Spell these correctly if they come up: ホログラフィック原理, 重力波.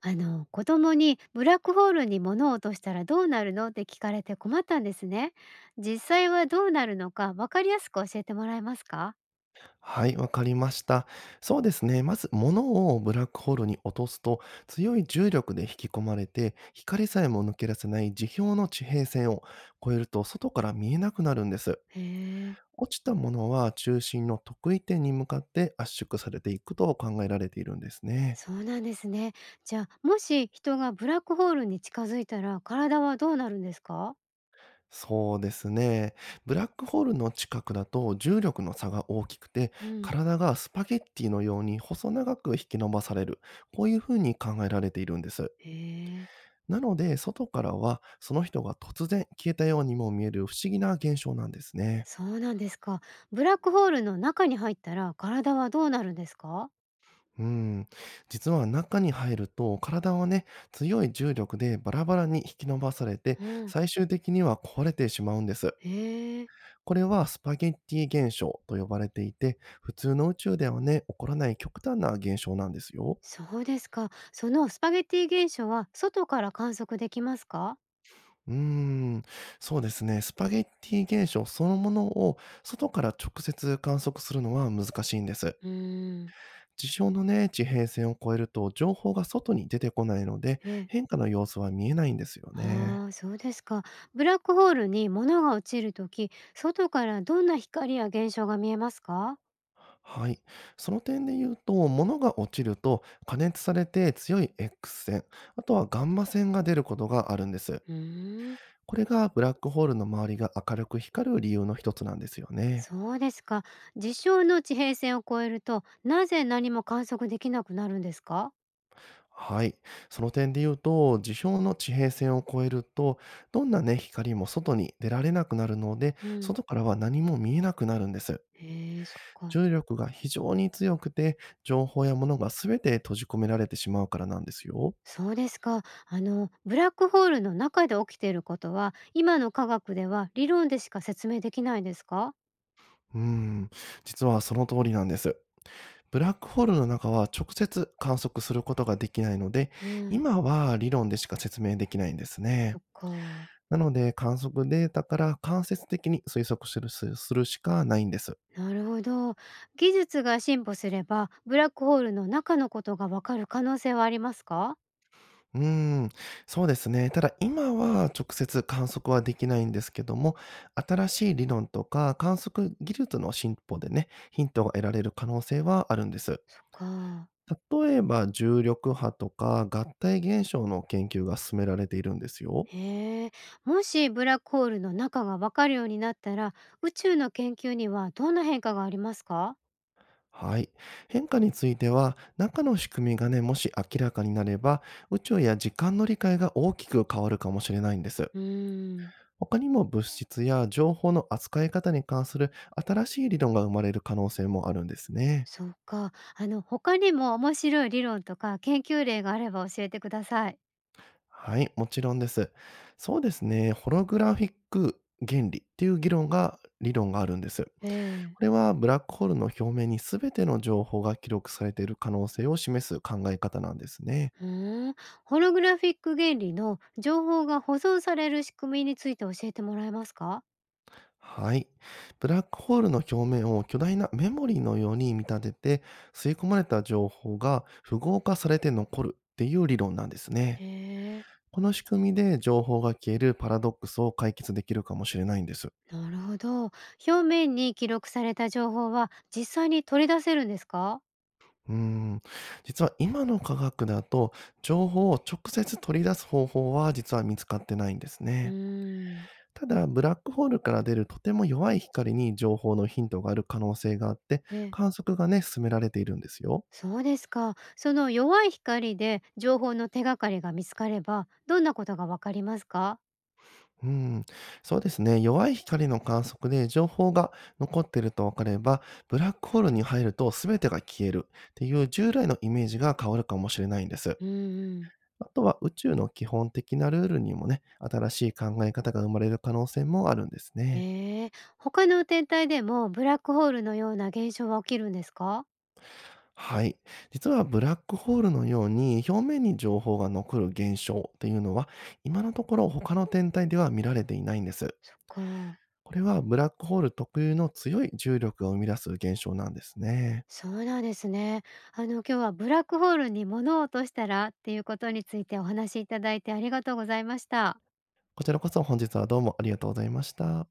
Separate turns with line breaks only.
子供にブラックホールに物を落としたらどうなるのって聞かれて困ったんですね。実際はどうなるのか分かりやすく教えてもらえますか？
はい、わかりました。そうですね。まず、物をブラックホールに落とすと、強い重力で引き込まれて、光さえも抜け出せない地表の地平線を越えると、外から見えなくなるんです。
へえ、
落ちたものは中心の特異点に向かって圧縮されていくと考えられているんですね。
そうなんですね。じゃあもし人がブラックホールに近づいたら体はどうなるんですか？
そうですね。ブラックホールの近くだと重力の差が大きくて、
うん。
体がスパゲッティのように細長く引き伸ばされる。こういうふうに考えられているんです。
へえ、
なので、外からはその人が突然消えたようにも見える不思議な現象なんですね。
そうなんですか。ブラックホールの中に入ったら体はどうなるんですか？
うん。実は中に入ると体はね、強い重力でバラバラに引き伸ばされて、
うん。
最終的には壊れてしまうんです。
へえ、
これはスパゲッティ現象と呼ばれていて、普通の宇宙ではね、起こらない極端な現象なんですよ。
そうですか。そのスパゲティ現象は外から観測できますか？
うーん、そうですね。スパゲッティ現象そのものを外から直接観測するのは難しいんです。
うーん。
地上のね、地平線を越えると情報が外に出てこないので、
え
変化の様子は見えないんですよね。
ああ、そうですか。ブラックホールに物が落ちるとき外からどんな光や現象が見えますか？
はい。その点で言うと、物が落ちると加熱されて強い X 線、あとはガンマ線が出ることがあるんです。
うーん、
これがブラックホールの周りが明るく光る理由の一つなんですよね。
そうですか。事象の地平線を越えると、なぜ何も観測できなくなるんですか？
はい。その点で言うと、事象の地平線を越えると、どんなね、光も外に出られなくなるので、
うん。
外からは何も見えなくなるんです。
へえ、そっか。
重力が非常に強くて、情報や物がすべて閉じ込められてしまうからなんですよ。
そうですか。あの、ブラックホールの中で起きていることは、今の科学では理論でしか説明できないんですか？
うーん、実はその通りなんです。ブラックホールの中は直接観測することができないので、
うん、
今は理論でしか説明できないんです
そ
ね。
っか。
なので観測データから間接的に推測するしかないんです。
なるほど。技術が進歩すれば、ブラックホールの中のことがわかる可能性はありますか？
うーん、そうですね。ただ今は直接観測はできないんですけども、新しい理論とか観測技術の進歩でね、ヒントが得られる可能性はあるんです。
そっか。
例えば重力波とか合体現象の研究が進められているんですよ。
へえ。もしブラックホールの中がわかるようになったら、宇宙の研究にはどんな変化がありますか？
はい。変化については、中の仕組みがね、もし明らかになれば、宇宙や時間の理解が大きく変わるかもしれないんです。
うーん。
他にも物質や情報の扱い方に関する新しい理論が生まれる可能性もあるんですね。
そうか。あの、他にも面白い理論とか研究例があれば教えてください。
はい、もちろんです。そうですね、ホログラフィック原理っていう議論が、理論があるんです。こ
ええ。
れはブラックホールの表面に全ての情報が記録されている可能性を示す考え方なんですね。
ふーん。ホログラフィック原理の情報が保存される仕組みについて教えてもらえますか？
はい。ブラックホールの表面を巨大なメモリーのように見立てて、吸い込まれた情報が符号化されて残るっていう理論なんです
へ
ね。
え。
この仕組みで情報が消えるパラドックスを解決できるかもしれないんです。
なるほど。表面に記録された情報は実際に取り出せるんですか？
うーん。実は今の科学だと、情報を直接取り出す方法は実は見つかってないんです
うー
ね。
ん、
ただ、ブラックホールから出るとても弱い光に情報のヒントがある可能性があって、
え、
観測がね、進められているんですよ。
そうですか。その弱い光で情報の手がかりが見つかれば、どんなことがわかりますか？
うん、そうですね。弱い光の観測で情報が残っていると分かれば、ブラックホールに入ると全てが消えるっていう従来のイメージが変わるかもしれないんです。
うんうん、
あとは宇宙の基本的なルールにもね、新しい考え方が生まれる可能性もあるんですね。
ええ、他の天体でもブラックホールのような現象は起きるんですか？
はい。実はブラックホールのように表面に情報が残る現象っていうのは今のところ他の天体では見られていないんです。
そっか。
これはブラックホール特有の強い重力が生み出す現象なんですね。
そうなんですね。あの今日はブラックホールに物を落としたらっていうことについてお話しいただいてありがとうございました。
こちらこそ本日はどうもありがとうございました。